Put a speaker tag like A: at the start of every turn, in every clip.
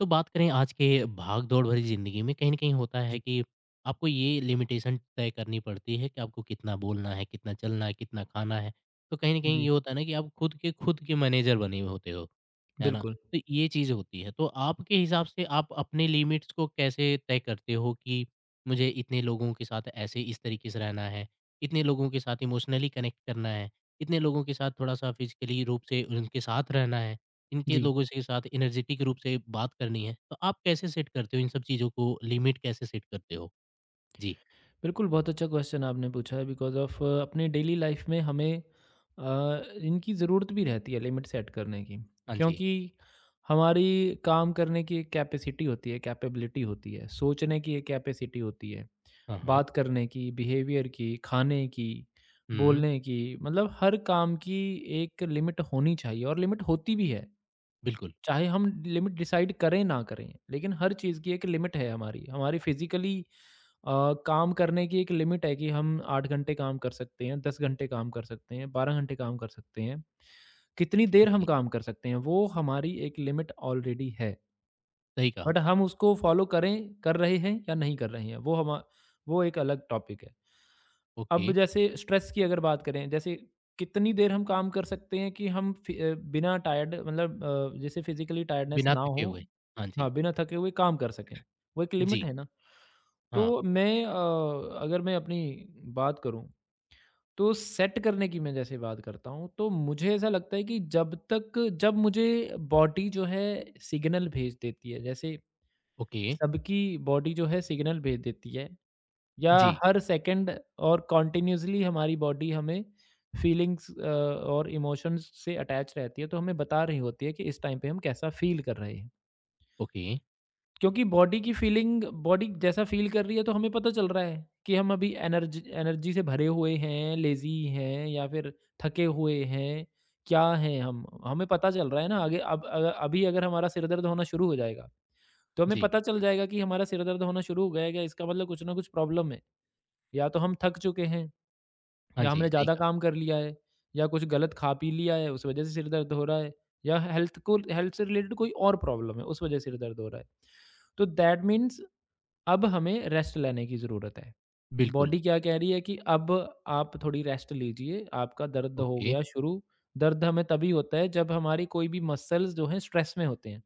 A: तो बात करें आज के भाग-दौड़ भरी ज़िंदगी में कहीं न कहीं होता है
B: जी,
A: कि आपको ये लिमिटेशन तय करनी पड़ती है कि आपको कितना बोलना है, कितना चलना है, कितना खाना है। तो कहीं न कहीं ये
B: जी,
A: होता है ना कि आप खुद के मैनेजर बने हुए होते हो, है ना?
B: बिल्कुल।
A: तो ये चीज़ होती है। तो आपके हिसाब से आप अपने लिमिट्स को कैसे तय करते हो कि मुझे इतने लोगों के साथ ऐसे इस तरीके से रहना है, इतने लोगों के साथ इमोशनली कनेक्ट करना है, इतने लोगों के साथ थोड़ा-सा फ़िज़िकली रूप से उनके साथ रहना है। इनके
B: जी,
A: लोगों से के साथ एनर्जेटिक रूप से बात करनी है, तो आप कैसे सेट करते हो इन सब चीज़ों को लिमिट कैसे सेट करते हो? जी।
B: बिल्कुल, बहुत अच्छा क्वेश्चन आपने पूछा है बिकॉज़ ऑफ अपने डेली लाइफ़ में हमें इनकी ज़रूरत भी रहती है लिमिट सेट करने की।
A: हाँ जी।
B: क्योंकि हमारी काम करने की एक कैपेसिटी होती है, कैपेबिलिटी होती है, सोचने की एक कैपेसिटी होती है,
A: हाँ, हाँ।
B: बात करने की, बिहेवियर की, खाने की,
A: हुँ,
B: बोलने की, मतलब हर काम की एक लिमिट होनी चाहिए और लिमिट होती भी है।
A: बिल्कुल।
B: चाहे हम लिमिट डिसाइड करें ना करें, लेकिन हर चीज़ की एक लिमिट है। हमारी हमारी फिजिकली काम करने की एक लिमिट है कि हम आठ घंटे काम कर सकते हैं, दस घंटे काम कर सकते हैं, बारह घंटे काम कर सकते हैं, कितनी देर हम
A: जी,
B: काम कर सकते हैं, वो हमारी एक लिमिट ऑलरेडी है।
A: सही कहा।
B: बट हम उसको फॉलो करें कर रहे हैं या नहीं कर रहे हैं, वो एक अलग टॉपिक है।
A: ओके,
B: अब जैसे स्ट्रेस की अगर बात करें, जैसे कितनी देर हम काम कर सकते हैं कि हम बिना टायर्ड, मतलब जैसे फिजिकली टायर्डनेस
A: बिना
B: ना
A: थके
B: हो,
A: हुए। हाँ जी।
B: हाँ, बिना थके हुए काम कर सकें, वो एक
A: जी,
B: लिमिट है ना। तो
A: हाँ,
B: अगर मैं अपनी बात करूं, तो सेट करने की मैं जैसे बात करता हूं, तो मुझे ऐसा लगता है कि जब मुझे बॉडी जो है सिग्नल भेज देती है, जैसे
A: ओके।
B: सबकी बॉडी जो है सिग्नल भेज देती है, या
A: जी,
B: हर सेकंड और कॉन्टिन्यूसली हमारी बॉडी हमें फीलिंग्स और इमोशंस से अटैच रहती है, तो हमें बता रही होती है कि इस टाइम पे हम कैसा फील कर रहे हैं।
A: ओके।
B: क्योंकि बॉडी की फीलिंग, बॉडी जैसा फील कर रही है, तो हमें पता चल रहा है कि हम अभी एनर्जी एनर्जी से भरे हुए हैं, लेजी हैं या फिर थके हुए हैं, क्या हैं हम, हमें पता चल रहा है ना। आगे अब अभी अगर हमारा सिर दर्द होना शुरू हो जाएगा, तो हमें
A: जी,
B: पता चल जाएगा कि हमारा सिर दर्द होना शुरू हो गया है, क्या इसका मतलब कुछ ना कुछ प्रॉब्लम है। या तो हम थक चुके हैं,
A: हाँ
B: या
A: जी,
B: हमने
A: सही
B: ज़्यादा
A: कहा।
B: काम कर लिया है, या कुछ गलत खा पी लिया है, उस वज़ह से सिर दर्द हो रहा है, या हेल्थ से रिलेटेड कोई और प्रॉब्लम है, उस वज़ह से सिर दर्द हो रहा है। तो दैट मीन्स अब हमें रेस्ट लेने की ज़रूरत है।
A: बिल्कुल,
B: बॉडी क्या कह रही है कि अब आप थोड़ी रेस्ट लीजिए, आपका दर्द हो
A: ओके।
B: गया शुरू। दर्द हमें तभी होता है जब हमारी कोई भी मसल्स जो हैं स्ट्रेस में होते हैं।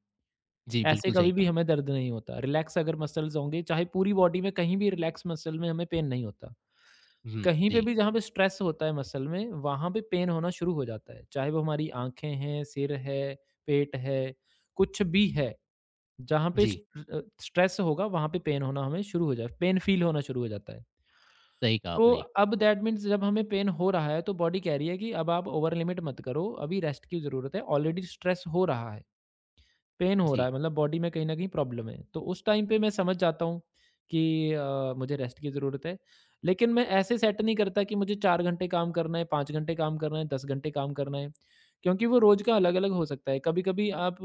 A: जी,
B: ऐसे
A: बिल्कुल सही
B: कभी भी
A: कहा।
B: हमें दर्द नहीं होता। रिलैक्स अगर मसल्स होंगे, चाहे पूरी बॉडी में कहीं भी, रिलैक्स मसल में हमें पेन नहीं होता।
A: हुँ,
B: कहीं पे
A: जी,
B: भी जहाँ पे स्ट्रेस होता है मसल में, वहाँ पे पेन होना शुरू हो जाता है। चाहे वो हमारी आँखें हैं, सिर है, पेट है, कुछ भी है, जहाँ पे
A: जी,
B: स्ट्रेस होगा, वहाँ पे पेन होना हमें शुरू हो जाए, पेन फ़ील होना शुरू हो जाता है।
A: सही कहा
B: तो
A: आपने।
B: अब दैट मीन्स जब हमें पेन हो रहा है, तो बॉडी कह रही है कि अब आप ओवर लिमिट मत करो, अभी रेस्ट की ज़रूरत है, ऑलरेडी स्ट्रेस हो रहा है। पेन हो रहा
A: जी,
B: है मतलब बॉडी में कहीं न कहीं प्रॉब्लम है। तो उस टाइम पे मैं समझ जाता हूँ कि मुझे रेस्ट की ज़रूरत है। लेकिन मैं ऐसे सेट नहीं करता कि मुझे 4 घंटे काम करना है, 5 घंटे काम करना है, 10 घंटे काम करना है, क्योंकि वो रोज़ का अलग-अलग हो सकता है। कभी-कभी आप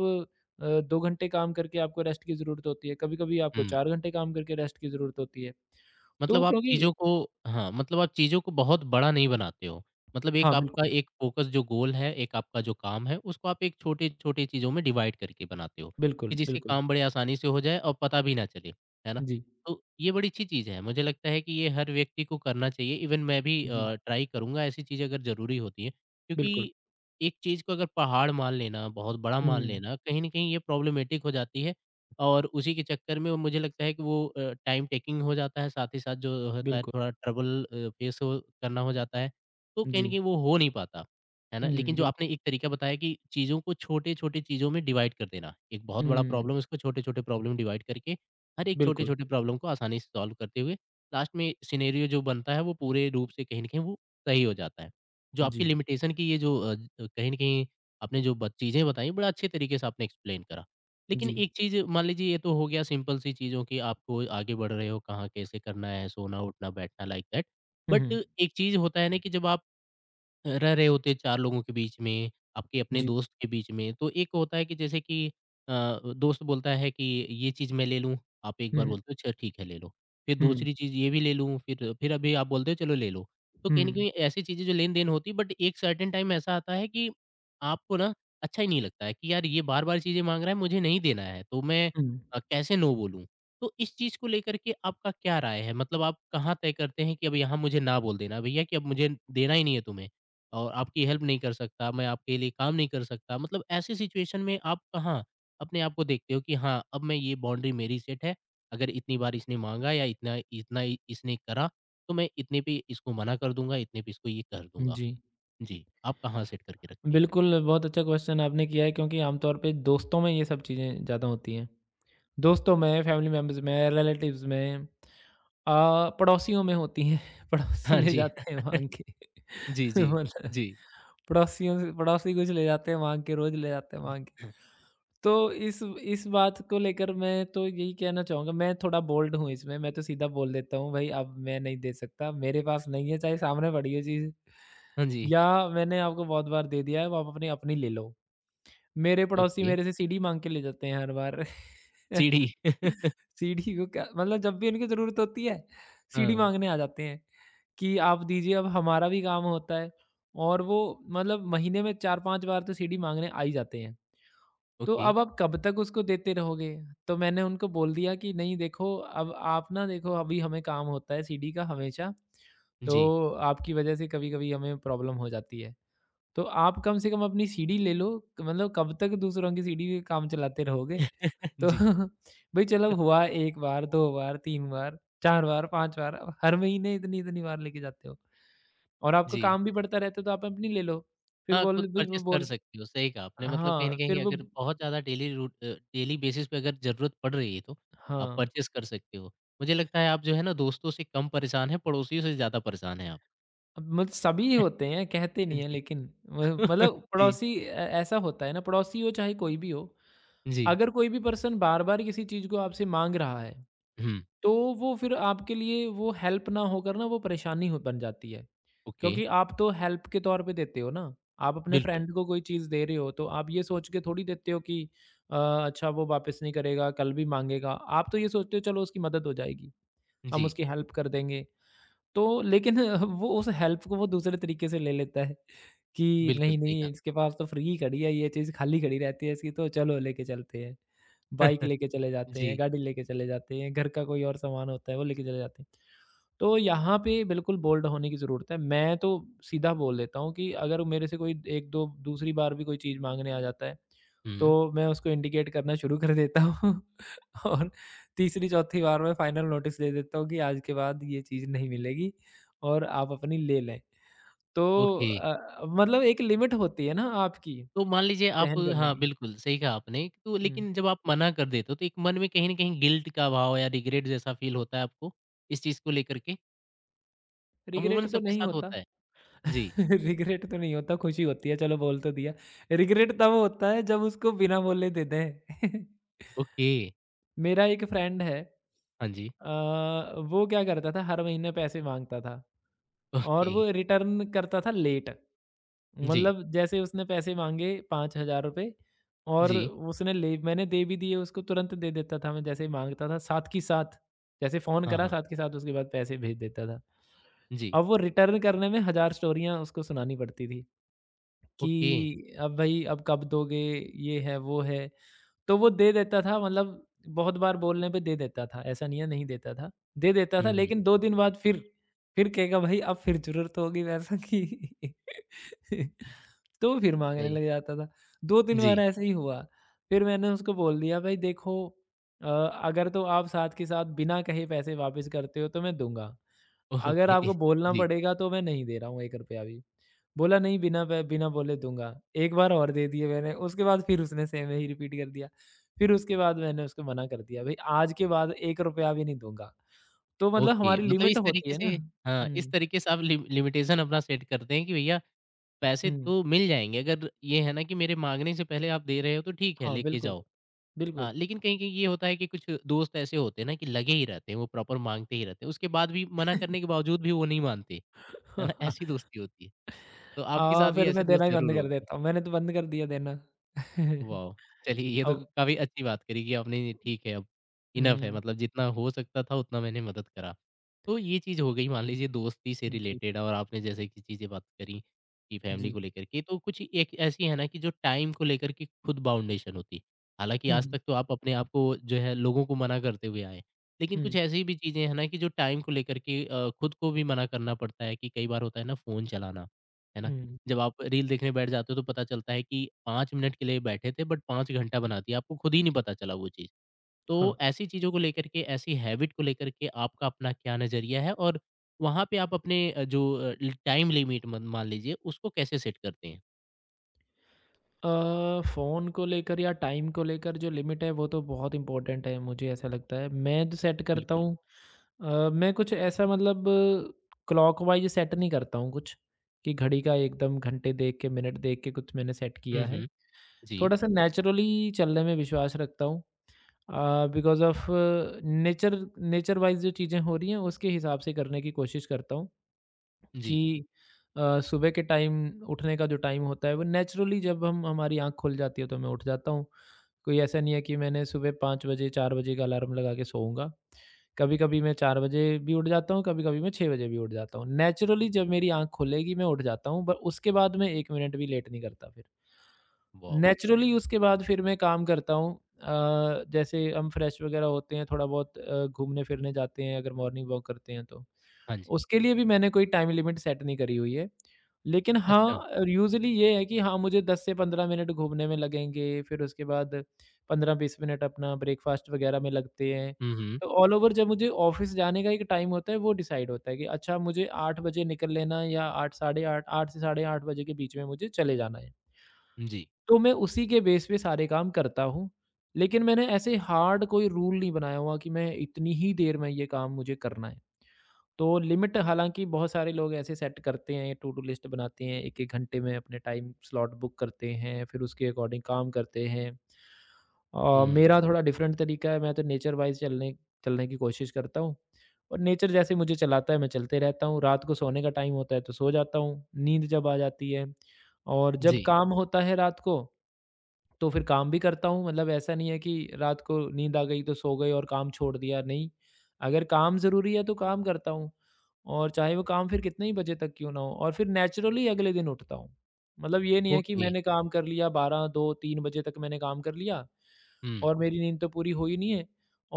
B: 2 घंटे काम करके आपको रेस्ट की ज़रूरत होती है, कभी-कभी आपको
A: हुँ।
B: 4 घंटे काम करके रेस्ट की ज़रूरत होती है।
A: मतलब
B: तो
A: आप
B: क्योंकि
A: चीज़ों को हाँ, मतलब आप चीज़ों को बहुत बड़ा नहीं बनाते हो। मतलब एक
B: हाँ,
A: आपका
B: बिल्कुल,
A: एक फ़ोकस जो गोल है, एक आपका जो काम है, उसको आप एक छोटे-छोटे चीज़ों में डिवाइड करके बनाते हो, कि
B: बिल्कुल,
A: जिससे
B: बिल्कुल।
A: काम बड़े आसानी से हो जाए और पता भी ना चले, है ना?
B: जी,
A: तो ये बड़ी अच्छी चीज़ है। मुझे लगता है कि ये हर व्यक्ति को करना चाहिए। इवन मैं भी
B: जी,
A: ट्राई करूँगा ऐसी चीज़ें अगर ज़रूरी होती हैं,
B: बिल्कुल।
A: क्योंकि एक चीज़ को अगर पहाड़ मान लेना, बहुत बड़ा मान
B: हुँ,
A: लेना, कहीं न कहीं ये प्रॉब्लमैटिक हो जाती है और उसी के चक्कर में वो मुझे लगता है कि वो टाइम टेकिंग हो जाता है, साथ ही साथ जो होता है
B: बिल्कुल।
A: थोड़ा ट्रबल फेस हो करना हो जाता है, तो कहीं
B: जी।
A: न कहीं वो हो नहीं पाता, है ना? लेकिन
B: हुँ,
A: जो
B: बिल्कुल।
A: आपने एक तरीका बताया कि चीज़ों को छोटे-छोटे चीज़ों में डिवाइड कर देना, एक बहुत बड़ा
B: हुँ,
A: प्रॉब्लम है, उसको छोटे-छोटे प्रॉब्लम डिवाइड करके, हर एक
B: बिल्कुल।
A: छोटे-छोटे प्रॉब्लम को आसानी से सॉल्व करते हुए, लास्ट में सिनेरियो जो बनता है, वो पूरे रूप से कहीं न कहीं वो सही हो जाता है। जो
B: जी।
A: आपकी लिमिटेशन की ये जो कहीं न कहीं आपने जो ब चीज़ें बताई, बड़ा अच्छे तरीके से आपने एक्सप्लेन करा। लेकिन
B: जी।
A: एक चीज़ मान लीजिए ये तो हो गया सिंपल सी चीज़ों की आपको आगे बढ़ रहे हो, कहाँ कैसे करना है, सोना, उठना, बैठना लाइक दैट।
B: हुँ,
A: बट
B: हुँ।
A: एक चीज़ होता है ना कि जब आप रह रहे होते हैं 4 लोगों के बीच में, आपके अपने
B: जी।
A: दोस्त के बीच में, तो एक होता है कि जैसे कि अ, दोस्त बोलता है कि ये चीज़ मैं ले लूँ, आप एक
B: हुँ,
A: बार
B: हुँ।
A: बोलते हो अच्छा ठीक है ले लो, फिर दूसरी चीज़ ये भी ले लूँ, फिर अभी आप बोलते हो चलो ले लो। तो कहीं
B: हुँ,
A: न
B: हुँ,
A: कहीं ऐसी चीज़ें जो लेन-देन होती है बट एक सर्टेन टाइम ऐसा आता है कि आपको ना अच्छा ही नहीं लगता है कि यार ये बार-बार चीज़ें माँग रहा है, मुझे नहीं देना है, तो मैं
B: हुँ।
A: कैसे नो बोलूँ? तो इस चीज़ को लेकर के आपका क्या राय है? मतलब आप कहाँ तय करते हैं कि अब यहाँ मुझे ना बोल देना, भैया कि अब मुझे देना ही नहीं है तुम्हें? और आपकी हेल्प नहीं कर सकता, मैं आपके लिए काम नहीं कर सकता। मतलब ऐसी सिचुएशन में आप कहाँ अपने आप को देखते हो कि हाँ, अब मैं ये बाउंड्री मेरी सेट है, अगर इतनी बार इसने माँगा या इतना इतना इ इसने करा, तो मैं इतने पे इसको मना कर दूँगा, इतने पे इसको ये कर दूँगा।
B: जी।
A: जी, आप कहाँ सेट करके रखते हैं?
B: बिल्कुल, बहुत अच्छा क्वेश्चन आपने किया है, क्योंकि आमतौर पे दोस्तों में ये सब चीज़ें ज़्यादा होती हैं। दोस्तों में, फैमिली मेंबर्स में, रिलेटिव्स में, पड़ोसियों में होती हैं। पड़ोसी
A: हाँ
B: ले
A: जी।
B: जाते हैं माँग के।
A: जी, जी।
B: मतलब
A: जी।
B: पड़ोसियों से, पड़ोसी कुछ ले जाते हैं माँग के, रोज़ ले जाते हैं माँग के। तो इस बात को लेकर मैं तो यही कहना चाहूँगा, मैं थोड़ा बोल्ड हूँ इसमें, मैं तो सीधा बोल देता हूँ, "भई अब मैं नहीं दे सकता, मेरे पास नहीं है, चाहे सामने पड़ी हो चीज़,
A: हाँ जी।
B: या मैंने आपको बहुत बार दे दिया है, अब आप अपनी अपनी ले लो।" मेरे पड़ोसी
A: ओके।
B: मेरे से सीढ़ी माँग के ले जाते हैं हर बार।
A: सीढ़ी।
B: सीढ़ी को क्या, मतलब जब भी उनकी ज़रूरत होती है, सीढ़ी
A: हाँ।
B: माँगने आ जाते हैं कि, "आप दीजिए, अब हमारा भी काम होता है।" और वो मतलब महीने में 4-5 बार तो सीढ़ी माँगने आ ही जाते हैं। तो
A: ओके।
B: अब आप कब तक उसको देते रहोगे? तो मैंने उनको बोल दिया कि नहीं देखो, अब आप, ना देखो, अभी हमें काम होता है सीढ़ी का हमेशा,
A: जी।
B: तो आपकी वज़ह से कभी-कभी हमें प्रॉब्लम हो जाती है। तो आप कम से कम अपनी सीढ़ी ले लो, मतलब कब तक दूसरों की सीढ़ी पे काम चलाते रहोगे? तो
A: जी।
B: भई चलो, हुआ 1 बार, 2 बार, 3 बार, 4 बार, 5 बार, अब हर महीने इतनी-इतनी बार लेके जाते हो। और आपका
A: जी।
B: काम भी बढ़ता रहता है, तो आप अपनी ले लो। फिर
A: हाँ, खुद
B: बोल, भई वो
A: परचेज़ कर
B: बोल,
A: सकते हो, सही कहा आपने। मतलब कहीं न
B: हाँ, फिर
A: कहीं
B: वो,
A: अगर बहुत ज़्यादा डेली बेसिस पे अगर ज़रूरत पड़ रही है तो आप
B: हाँ।
A: परचेज़ कर सकते हो। मुझे लगता है आप जो है ना दोस्तों से कम परेशान हैं, पड़ोसियों से ज़्यादा परेशान हैं आप।
B: अब मतलब सभी होते हैं, कहते नहीं है
A: जी।
B: लेकिन म मतलब
A: जी,
B: पड़ोसी ए ऐसा होता है ना, पड़ोसी हो चाहे कोई भी हो,
A: जी।
B: अगर कोई भी पर्सन बार-बार किसी चीज़ को आपसे माँग रहा है,
A: हुँ,
B: तो वो फिर आपके लिए वो हेल्प ना होकर, ना वो परेशानी हो, बन जाती है।
A: ओके,
B: क्योंकि आप तो हेल्प के तौर पे देते हो ना, आप अपने
A: बिल्कुल।
B: फ्रेंड को कोई चीज़ दे रहे हो, तो आप ये सोच के थोड़ी देते हो कि अच्छा वो वापस नहीं करेगा, कल भी माँगेगा। आप तो ये सोचते हो चलो उसकी मदद हो जाएगी,
A: जी,
B: हम उसकी हेल्प कर देंगे। तो लेकिन वो उस हेल्प को वो दूसरे तरीके से ले लेता है कि
A: बिल्कुल
B: नहीं,
A: सही कहा।
B: नहीं, इसके पास तो फ्री खड़ी है, ये चीज़ खाली खड़ी रहती है इसकी, तो चलो लेके चलते हैं। बाइक लेके चले जाते हैं,
A: जी,
B: गाड़ी लेके चले जाते हैं, घर का कोई और सामान होता है वो लेके चले जाते हैं। तो यहाँ पे बिल्कुल बोल्ड होने की ज़रूरत है। मैं तो सीधा बोल देता हूँ कि अगर मेरे से कोई 1-2 दूसरी बार भी कोई चीज़ माँगने आ जाता है,
A: हुँ,
B: तो मैं उसको इंडिकेट करना शुरू कर देता हूँ। और तीसरी चौथी बार मैं फाइनल नोटिस दे देता हूँ कि आज के बाद ये चीज़ नहीं मिलेगी और आप अपनी ले लें। तो
A: ओके।
B: मतलब एक लिमिट होती है ना आपकी
A: तो मान लीजिए आप
B: सहन करने
A: हाँ,
B: की।
A: बिल्कुल सही कहा आपने। तो
B: हुँ,
A: लेकिन जब आप मना कर देते हो तो एक मन में कहीं न कहीं गिल्ट का भाव या रिग्रेट जैसा फ़ील होता है आपको, इस चीज़ को लेकर के? अमूमन
B: रिग्रेट तो
A: सबके
B: नहीं
A: साथ
B: होता।
A: होता है। जी,
B: रिग्रेट तो नहीं होता, खुशी होती है, चलो बोल तो दिया। रिग्रेट तब होता है जब उसको बिना बोले दे दें।
A: ओके,
B: मेरा एक फ्रेंड है,
A: हाँ जी,
B: अ, वो क्या करता था, हर महीने पैसे माँगता था। और
A: ओके,
B: वो रिटर्न करता था लेट।
A: जी,
B: मतलब जैसे उसने पैसे माँगे ₹5000 और
A: जी,
B: उसने ले मैंने दे भी दिए, उसको तुरंत दे देता था मैं जैसे ही माँगता था, साथ की साथ, जैसे फ़ोन
A: हाँ,
B: करा
A: हाँ,
B: साथ के साथ उसके बाद पैसे भेज देता था।
A: जी,
B: अब वो रिटर्न करने में 1000 स्टोरियाँ उसको सुनानी पड़ती थी
A: ओके,
B: कि अब भाई अब कब दोगे, ये है वो है। तो वो दे देता था, मतलब बहुत बार बोलने पे दे देता था, ऐसा नहीं है नहीं देता था। दे देता
A: हुँ,
B: था
A: हुँ,
B: लेकिन 2 दिन बाद फिर कहेगा भाई अब फिर ज़रूरत होगी पैसों की। तो फिर माँगने
A: सही
B: लग
A: है।
B: जाता था। 2-3 बार
A: जी,
B: ऐसे ही हुआ। फिर मैंने उसको बोल दिया, भाई देखो, अ, अगर तो आप साथ के साथ बिना कहे पैसे वापस करते हो तो मैं दूँगा। अगर
A: ओके,
B: आपको बोलना
A: जी,
B: पड़ेगा तो मैं नहीं दे रहा हूँ ₹1 भी। बोला नहीं, बिना ब बिना बोले दूँगा। एक बार और दे दिए मैंने, उसके बाद फिर उसने सेम वही रिपीट कर दिया। फिर उसके बाद मैंने उसको मना कर दिया, भई आज के बाद ₹1 भी नहीं दूँगा। तो मतलब
A: ओके,
B: हमारी
A: मतलब
B: लिमिट
A: इस
B: होती
A: तरीके
B: है ना।
A: से हाँ, इस
B: हुँ,
A: तरीके से आप लिमिटेशन अपना सेट करते हैं कि भैया पैसे
B: हुँ।
A: तो मिल जाएँगे, अगर ये है ना कि मेरे माँगने से पहले आप दे रहे हो तो ठीक है,
B: हाँ,
A: लेके
B: बिल्कुल,
A: जाओ। हाँ,
B: बिल्कुल।
A: लेकिन कहीं-कहीं ये होता है कि कुछ दोस्त ऐसे होते हैं ना कि लगे ही रहते हैं, वो प्रॉपर माँगते ही रहते हैं, उसके बाद भी मना करने के बावजूद भी वो नहीं मानते, है ना? ऐसी दोस्ती होती है। तो आपके
B: हाँ,
A: साथ भी
B: फिर
A: ऐसे
B: मैं देना
A: दोस्त
B: ही
A: ज़रूर
B: बंद कर
A: होगी।
B: देता हूँ। मैंने तो बंद कर दिया देना।
A: वाओ! चलिए ये तो
B: अब
A: काफ़ी अच्छी बात करी कि आपने ठीक है अब इनफ़ है
B: हुँ,
A: मतलब जितना हो सकता था उतना मैंने मदद करा। तो ये चीज़ हो गई मान लीजिए दोस्ती से
B: जी,
A: रिलेटेड और आपने जैसे कि चीज़ें बात करी कि फैमिली
B: जी।
A: को लेकर के, तो कुछ एक ऐसी है ना कि जो टाइम को लेकर के खुद बाउंडेशन होती है। हालाँकि आज तक तो आप अपने आप को जो है लोगों को मना करते हुए आए। लेकिन
B: हुँ,
A: कुछ
B: हुँ,
A: ऐसी भी चीज़ें हैं ना कि जो टाइम को लेकर के खुद को भी मना करना पड़ता है कि कई बार होता है ना फ़ोन चलाना, है ना?
B: हुँ, हुँ।
A: जब आप रील देखने बैठ जाते हो तो पता चलता है कि 5 मिनट के लिए बैठे थे बट 5 घंटा बना दिया, आपको खुद ही नहीं पता चला वो चीज़।
B: हाँ।
A: तो ऐसी चीज़ों को लेकर के, ऐसी हैबिट को लेकर के आपका अपना क्या नज़रिया है और वहाँ पे आप अपने अ, जो अ, ल टाइम लिमिट मन मान लीजिए उसको कैसे सेट करते हैं?
B: अ, फ़ोन को लेकर या टाइम को लेकर जो लिमिट है वो तो बहुत इम्पोर्टेंट है, मुझे ऐसा लगता है। मैं जो सेट करता
A: बिल्कुल।
B: हूँ, मैं कुछ ऐसा, मतलब क्लॉकवाइज़ सेट नहीं करता हूँ कुछ, कि घड़ी का एकदम घंटे देख के, मिनट देख के कुछ मैंने सेट
A: हुँ,
B: किया है।
A: हुँ। जी,
B: थोड़ा-सा नेचुरली चलने में विश्वास रखता हूँ, because of nature nature wise जो चीज़ें हो रही हैं उसके हिसाब से करने की कोशिश करता हूँ।
A: जी।
B: कि सुबह के टाइम उठने का जो टाइम होता है, वो नेचुरली जब हम, हमारी आँख खुल जाती है, तो मैं उठ जाता हूँ। कोई ऐसा नहीं है कि मैंने सुबह 5 बजे 4 बजे का अलार्म लगा के सोऊँगा। कभी-कभी मैं 4 बजे भी उठ जाता हूँ, कभी-कभी मैं 6 बजे भी उठ जाता हूँ। नेचुरली जब मेरी आँख खुलेगी मैं उठ जाता हूँ, पर उसके बाद मैं 1 मिनट भी लेट नहीं करता फिर।
A: वॉव!
B: नेचुरली उसके बाद फिर मैं काम करता हूँ। जैसे हम फ्रेश वगैरह होते हैं, थोड़ा बहुत घूमने-फिरने जाते हैं अगर मॉर्निंग वॉक करते हैं तो।
A: हाँ जी।
B: उसके लिए भी मैंने कोई टाइम लिमिट सेट नहीं करी हुई है। लेकिन
A: अच्छा।
B: हाँ, यूजुअली ये है कि हाँ, मुझे 10 से 15 मिनट घूमने में लगेंगे, फिर उसके बाद 15-20 मिनट अपना ब्रेकफास्ट वगैरह में लगते हैं।
A: हुँ, हुँ।
B: तो ऑल ओवर जब मुझे ऑफ़िस जाने का एक टाइम होता है, वो डिसाइड होता है कि अच्छा मुझे 8 बजे निकल लेना है या 8 साढ़े 8 8 से साढ़े 8 बजे के बीच में मुझे चले जाना है।
A: जी।
B: तो मैं उसी के बेस पे सारे काम करता हूँ। लेकिन मैंने ऐसे हार्ड कोई रूल नहीं बनाया हुआ कि मैं इतनी ही देर में ये काम मुझे करना है। तो लिमिट हालाँकि बहुत सारे लोग ऐसे सेट करते हैं, टू डू लिस्ट बनाते हैं, 1-1 घंटे में अपने टाइम स्लॉट बुक करते हैं, फिर उसके अकॉर्डिंग काम करते हैं।
A: हुँ।
B: मेरा थोड़ा डिफरेंट तरीका है, मैं तो नेचर वाइज़ चलने चलने की कोशिश करता हूँ और नेचर जैसे मुझे चलाता है मैं चलते रहता हूँ। रात को सोने का टाइम होता है तो सो जाता हूँ, नींद जब आ जाती है और जब
A: जी।
B: काम होता है रात को तो फिर काम भी करता हूँ। मतलब ऐसा नहीं है कि रात को नींद आ गई तो सो गए और काम छोड़ दिया, नहीं। अगर काम ज़रूरी है तो काम करता हूँ और चाहे वो काम फिर कितने ही बजे तक क्यों ना हो, और फिर नेचुरली अगले दिन उठता हूँ। मतलब ये नहीं है कि
A: ओके।
B: मैंने काम कर लिया, 12 2 3 बजे तक मैंने काम कर लिया
A: हुँ।
B: और मेरी नींद तो पूरी हुई नहीं है,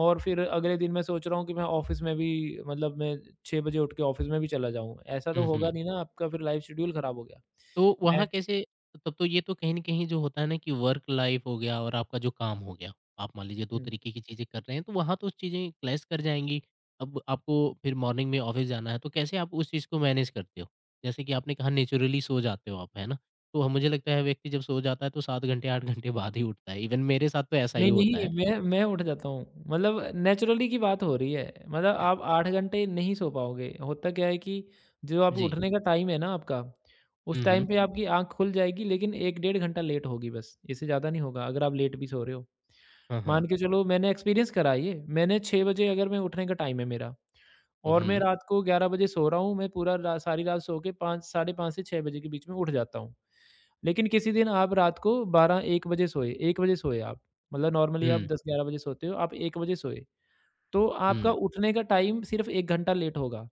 B: और फिर अगले दिन मैं सोच रहा हूँ कि मैं ऑफिस में भी, मतलब मैं 6 बजे उठ के ऑफिस में भी चला जाऊँ, ऐसा
A: हुँ,
B: तो
A: हुँ।
B: होगा नहीं ना आपका, फिर लाइफ शेड्यूल खराब हो गया।
A: तो वहाँ
B: नेच
A: कैसे तब तो ये तो कहीं न कहीं जो होता है ना कि वर्क लाइफ़ हो गया और आपका जो काम हो गया। आप मान लीजिए 2 तरीके की चीज़ें कर रहे हैं, तो वहाँ तो चीज़ें क्लैश कर जाएँगी। अब आपको फिर मॉर्निंग में ऑफ़िस जाना है, तो कैसे आप उस चीज़ को मैनेज करते हो? जैसे कि आपने कहा नेचुरली सो जाते हो आप, है ना? तो मुझे लगता है व्यक्ति जब सो जाता है तो 7 घंटे 8 घंटे बाद ही उठता है। इवन मेरे साथ तो ऐसा ही
B: नहीं,
A: होता
B: नहीं,
A: है।
B: मैं उठ जाता हूँ। मतलब नेचुरली की बात हो रही है। मतलब आप 8 घंटे नहीं सो पाओगे। होता क्या है कि जो आप
A: जी।
B: उठने का टाइम है ना आपका, उस
A: हुँ, हुँ।
B: टाइम पे आपकी आँख खुल जाएगी, लेकिन 1 डेढ़ घंटा लेट होगी बस, इससे ज़्यादा नहीं होगा अगर आप लेट भी सो रहे हो।
A: हाँ, हाँ।
B: मान के चलो, मैंने एक्सपीरियंस करा ये, मैंने 6 बजे अगर मैं उठने का टाइम है मेरा
A: तो
B: और मैं
A: हुँ,
B: रात को 11 बजे सो रहा हूँ, मैं पूरा रा सारी रात सो के 5 साढ़े 5 से 6 बजे के बीच में उठ जाता हूँ। लेकिन किसी दिन आप रात को 12-1 बजे सोए, 1 बजे सोए आप, मतलब नॉर्मली आप
A: हुँ,
B: 10-11 बजे सोते हो, आप 1 बजे सोए, तो आपका
A: हुँ।
B: उठने का टाइम सिर्फ़ 1 घंटा लेट होगा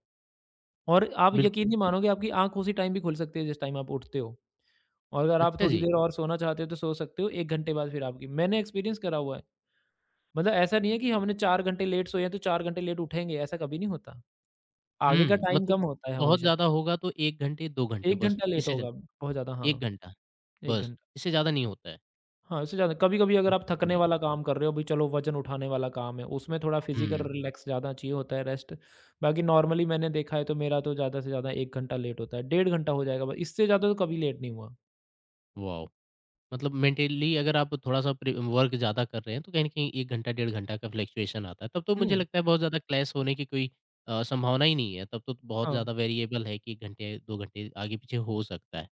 B: और आप
A: बिल्कुल।
B: यकीन नहीं मानोगे, आपकी आँख उसी टाइम भी खुल सकती है जिस टाइम आप उठते हो। और अगर आप
A: अच्छा
B: थोड़ी
A: जी।
B: देर और सोना चाहते हो तो सो सकते हो, 1 घंटे बाद फिर आपकी, मैंने एक्सपीरियंस करा हुआ है। मतलब ऐसा नहीं है कि हमने 4 घंटे लेट सोए हैं तो 4 घंटे लेट उठेंगे, ऐसा कभी नहीं होता। आगे का
A: हुँ,
B: टाइम
A: मतलब
B: कम होता है
A: बहुत
B: हमेशा,
A: ज़्यादा होगा तो 1 घंटे 2 घंटे
B: 1
A: बस,
B: घंटा लेट
A: इससे ज़्या
B: होगा बहुत ज़्यादा
A: 1
B: हाँ,
A: घंटा,
B: 1
A: बस,
B: घंटा।
A: इससे ज़्यादा नहीं होता है।
B: हाँ, इससे ज़्यादा कभी-कभी अगर आप थकने
A: ओके,
B: वाला काम कर रहे हो, भई चलो वज़न उठाने वाला काम है, उसमें थोड़ा फिज़िकल
A: हुँ,
B: रिलैक्स ज़्यादा चाहिए होता है, रेस्ट। बाकी नॉर्मली मैंने देखा है, तो मेरा तो ज़्यादा से ज़्यादा 1 घंटा लेट होता है, डेढ़ घंटा हो जाएगा, ब इससे ज़्यादा तो कभी लेट नहीं हुआ।
A: वॉव! मतलब मेंटली अगर आप थोड़ा-सा प्रि वर्क ज़्यादा कर रहे हैं, तो कहीं न कहीं 1 घंटा, डेढ़ घंटा का फ्लक्चुएशन आता है। तब तो मुझे
B: हुँ,
A: लगता है बहुत ज़्यादा क्लैश होने की कोई संभावना ही नहीं है। तब तो बहुत
B: हाँ,
A: ज़्यादा वेरिएबल है कि 1 घंटे, 2 घंटे आगे-पीछे हो सकता है।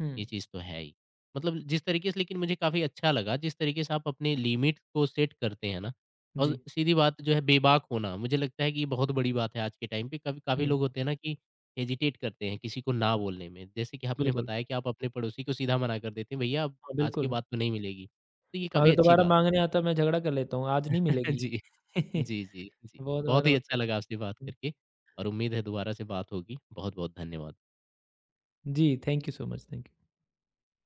B: हुँ,
A: ये चीज़ तो है ही। मतलब जिस तरीके से लेकिन मुझे काफ़ी अच्छा लगा जिस तरीके से आप अपने लिमिट को सेट करते हैं ना और
B: जी,
A: सीधी बात जो है बेबाक होना मुझे लगता है कि ये बहुत बड़ी बात है आज के टाइम पे। काफ़ी काफ़ी
B: हुँ,
A: लोग होते हैं ना कि हेजिटेट करते हैं किसी को ना बोलने में। जैसे कि आपने
B: बिल्कुल।
A: बताया कि आप अपने पड़ोसी को सीधा मना कर देते हैं, भैया अब
B: हाँ,
A: आज के
B: बिल्कुल।
A: बाद तो नहीं मिलेगी। तो ये काफ़ी
B: अगर
A: अच्छी
B: दोबारा
A: बात है।
B: माँगने आता मैं झगड़ा कर लेता हूँ, आज नहीं मिलेगी।
A: जी, जी, जी, जी।
B: बहुत बार
A: बहुत ही
B: होता
A: अच्छा
B: है।
A: लगा आपसे बात
B: हुँ,
A: करके और उम्मीद है दोबारा से बात होगी। बहुत-बहुत धन्यवाद।
B: जी, thank you so much, thank you.